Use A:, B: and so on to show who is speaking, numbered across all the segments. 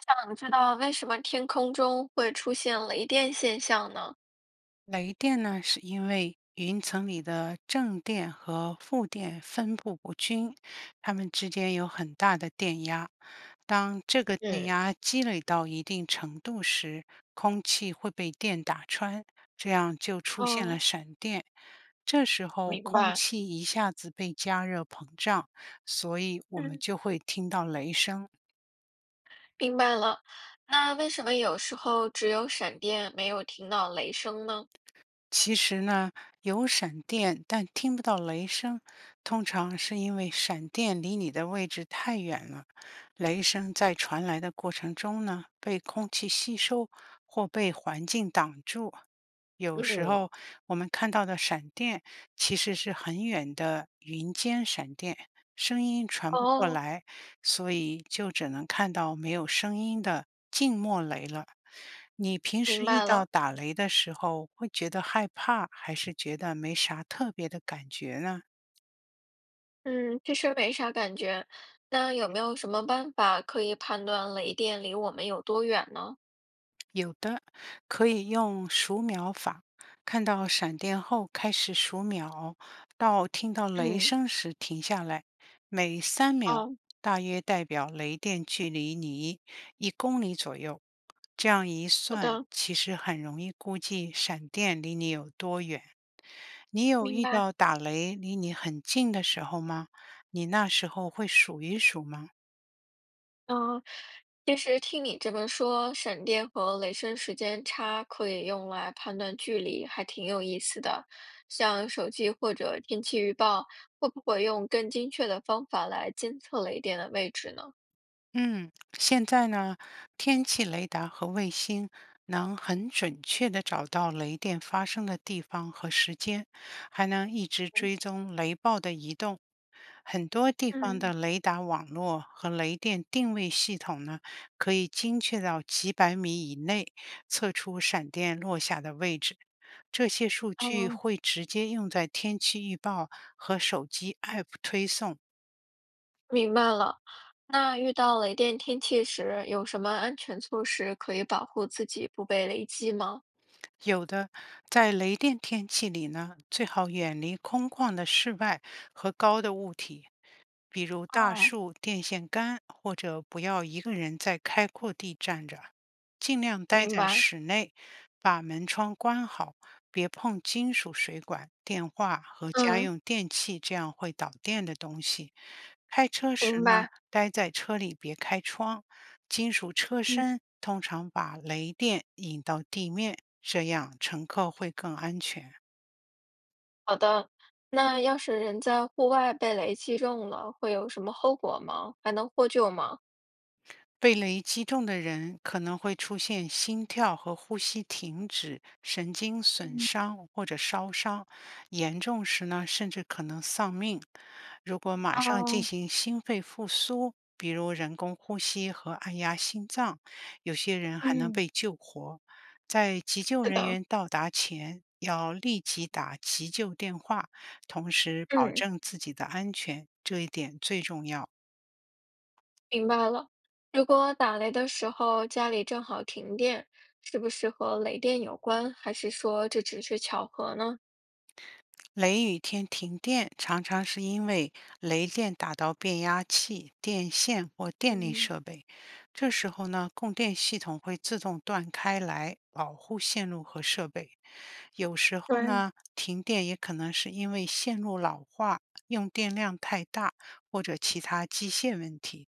A: 想知道为什么天空中会出现雷电现象呢？
B: 雷电呢，是因为云层里的正电和负电分布不均，它们之间有很大的电压。当这个电
A: 嗯。
B: 压积累到一定程度时，空气会被电打穿，这样就出现了
A: 哦。
B: 闪电。这时候，
A: 明
B: 空
A: 白。
B: 气一下子被加热膨胀，所以我们
A: 嗯，
B: 就会听到雷声。
A: 明白了。那为什么有时候只有闪电，没有听到雷声呢？
B: 其实呢，有闪电，但听不到雷声，通常是因为闪电离你的位置太远了。雷声在传来的过程中呢，被空气吸收或被环境挡住。有时
A: 嗯。
B: 候我们看到的闪电其实是很远的云间闪电，声音传不过
A: 哦。
B: 来，所以就只能看到没有声音的静默雷了。你平时
A: 明
B: 遇
A: 白
B: 到
A: 了。
B: 打雷的时候，会觉得害怕，还是觉得没啥特别的感觉呢？
A: 嗯，其实没啥感觉。那有没有什么办法可以判断雷电离我们有多远呢？
B: 有的可以用数秒法，看到闪电后开始数秒，到听到雷
A: 嗯。
B: 声时停下来。每3秒
A: 哦。
B: 大约代表雷电距离你1公里左右。这样一
A: 好
B: 算，
A: 的。
B: 其实很容易估计闪电离你有多远。你有
A: 明
B: 遇
A: 白。
B: 到打雷离你很近的时候吗？你那时候会数一数吗？
A: 嗯、其实听你这么说，闪电和雷声时间差可以用来判断距离，还挺有意思的。像手机或者天气预报，会不会用更精确的方法来监测雷电的位置呢？
B: 嗯，现在呢，天气雷达和卫星能很准确地找到雷电发生的地方和时间，还能一直
A: 嗯。
B: 追踪雷暴的移动。很多地方
A: 嗯
B: 的雷达网络和雷电定位系统呢，可以精确到几百米以内，测出闪电落下的位置。这些数据
A: 哦，
B: 会直接用在天气预报和手机 App 推送。
A: 明白了。那遇到雷电天气时，有什么安全措施可以保护自己不被雷击吗？
B: 有的，在雷电天气里呢，最好远离空旷的室外和高的物体，比如大
A: 哦。
B: 树、电线杆，或者不要一个人在开阔地站着，尽量待
A: 明
B: 在
A: 白。
B: 室内，把门窗关好，别碰金属水管、电话和家
A: 嗯。
B: 用电器这样会导电的东西。开车时
A: 明
B: 呢，
A: 白。
B: 待在车里别开窗，金属车身通常把雷电引到地面，这样乘客会更安全。
A: 好的。那要是人在户外被雷击中了，会有什么后果吗？还能获救吗？
B: 被雷击中的人可能会出现心跳和呼吸停止、神经损
A: 嗯。
B: 伤或者烧伤，严重时呢，甚至可能丧命。如果马上进
A: 哦。
B: 行心肺复苏，比如人工呼吸和按压心脏，有些人还能
A: 嗯。
B: 被救活。在急救
A: 是
B: 人
A: 的。
B: 员到达前，要立即打急救电话，同时保
A: 嗯，
B: 证自己的安全，这一点最重要。
A: 明白了。如果打雷的时候家里正好停电，是不是和雷电有关，还是说这只是巧合呢？
B: 雷雨天停电常常是因为雷电打到变压器、电线或电力
A: 嗯。
B: 设备，这时候呢，供电系统会自动断开来保护线路和设备。有时候
A: 对。
B: 呢，停电也可能是因为线路老化、用电量太大或者其他机械问题，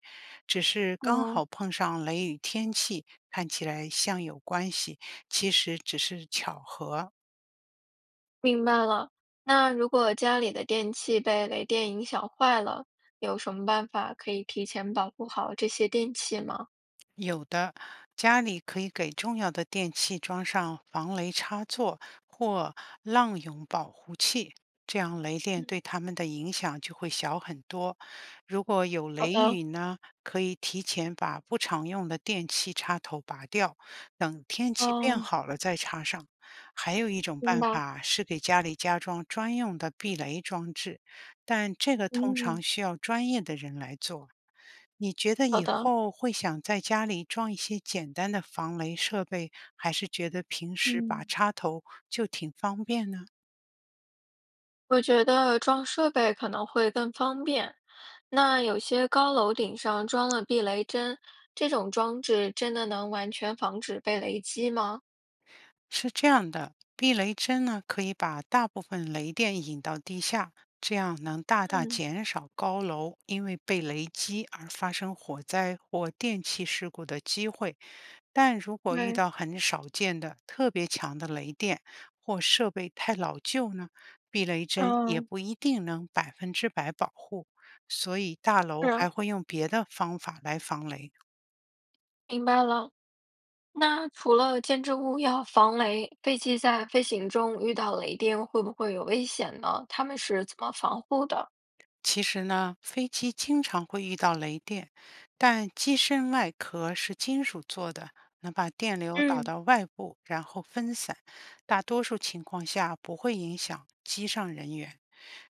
B: 只是刚
A: 哦。
B: 好碰上雷雨天气，看起来像有关系，其实只是巧合。
A: 明白了。那如果家里的电器被雷电影响坏了，有什么办法可以提前保护好这些电器吗？
B: 有的，家里可以给重要的电器装上防雷插座或浪涌保护器，这样雷电
A: 嗯。
B: 对它们的影响就会小很多。如果有
A: 好
B: 雷
A: 的。
B: 雨呢，可以提前把不常用的电器插头拔掉，等天气变
A: 哦。
B: 好了再插上。还有一种
A: 明
B: 办
A: 白。
B: 法是给家里加装专用的避雷装置，但这个通常
A: 嗯。
B: 需要专业的人来做。你觉得
A: 好
B: 以
A: 的。
B: 后会想在家里装一些简单的防雷设备，还是觉得平时拔
A: 嗯，
B: 插头就挺方便呢？
A: 我觉得装设备可能会更方便。那有些高楼顶上装了避雷针，这种装置真的能完全防止被雷击吗？
B: 是这样的，避雷针呢可以把大部分雷电引到地下，这样能大大
A: 嗯。
B: 减少高楼因为被雷击而发生火灾或电气事故的机会。但如果遇
A: 对。
B: 到很少见的特别强的雷电或设备太老旧呢，避雷针也
A: 嗯。
B: 不一定能100%保护，所以大楼
A: 是。
B: 还会用别的方法来防雷。
A: 明白了。那除了建筑物要防雷，飞机在飞行中遇到雷电会不会有危险呢？他们是怎么防护的？
B: 其实呢，飞机经常会遇到雷电，但机身外壳是金属做的，能把电流导
A: 嗯。
B: 到外部，然后分散。大多数情况下不会影响机上人员。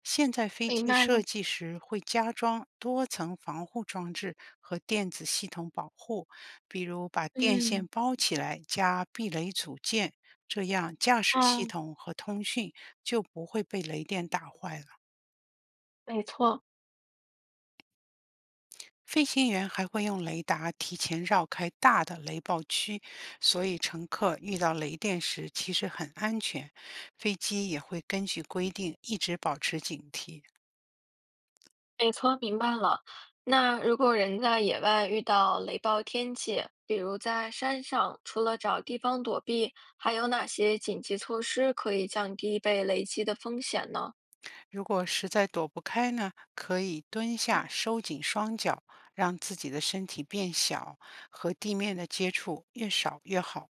B: 现在飞
A: 明
B: 机
A: 白
B: 设
A: 了。
B: 计时会加装多层防护装置和电子系统保护，比如把电线
A: 嗯。
B: 包起来加避雷组件，这样驾驶系
A: 啊。
B: 统和通讯就不会被雷电打坏了。
A: 没错。
B: 飞行员还会用雷达提前绕开大的雷暴区，所以乘客遇到雷电时其实很安全。飞机也会根据规定一直保持警惕。
A: 没错，明白了。那如果人在野外遇到雷暴天气，比如在山上，除了找地方躲避，还有哪些紧急措施可以降低被雷击的风险呢？
B: 如果实在躲不开呢，可以蹲下，
A: 嗯。
B: 收紧双脚，让自己的身体变小，和地面的接触越少越好。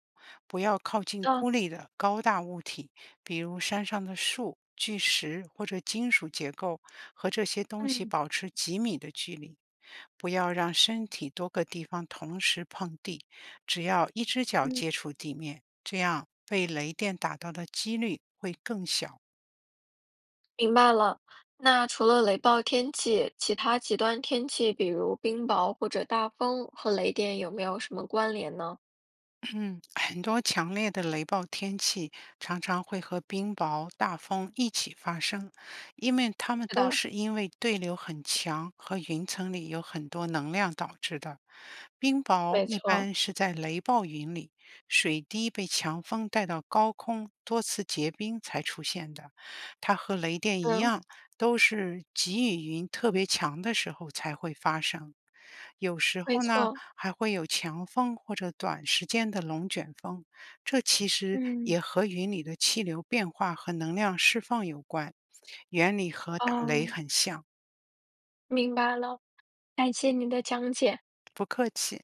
B: 不要靠近
A: 啊。
B: 孤立的高大物体，比如山上的树、巨石或者金属结构，和这些东西
A: 嗯
B: 保持几米的距离。不要让身体多个地方同时碰地，只要一只脚接
A: 嗯
B: 触地面，这样被雷电打到的几率会更小。
A: 明白了。那除了雷暴天气，其他极端天气，比如冰雹或者大风，和雷电有没有什么关联呢？
B: 嗯，很多强烈的雷暴天气常常会和冰雹、大风一起发生，因为它们
A: 是
B: 都
A: 的。
B: 是因为对流很强和云层里有很多能量导致的。冰雹
A: 没
B: 一
A: 错。
B: 般是在雷暴云里，水滴被强风带到高空，多次结冰才出现的。它和雷电一
A: 嗯。
B: 样。都是急雨云特别强的时候才会发生，有时
A: 没
B: 候呢
A: 错。
B: 还会有强风或者短时间的龙卷风，这其实
A: 嗯。
B: 也和云里的气流变化和能量释放有关，原理和打雷
A: 哦。
B: 很像。
A: 明白了。感谢您的讲解。
B: 不客气。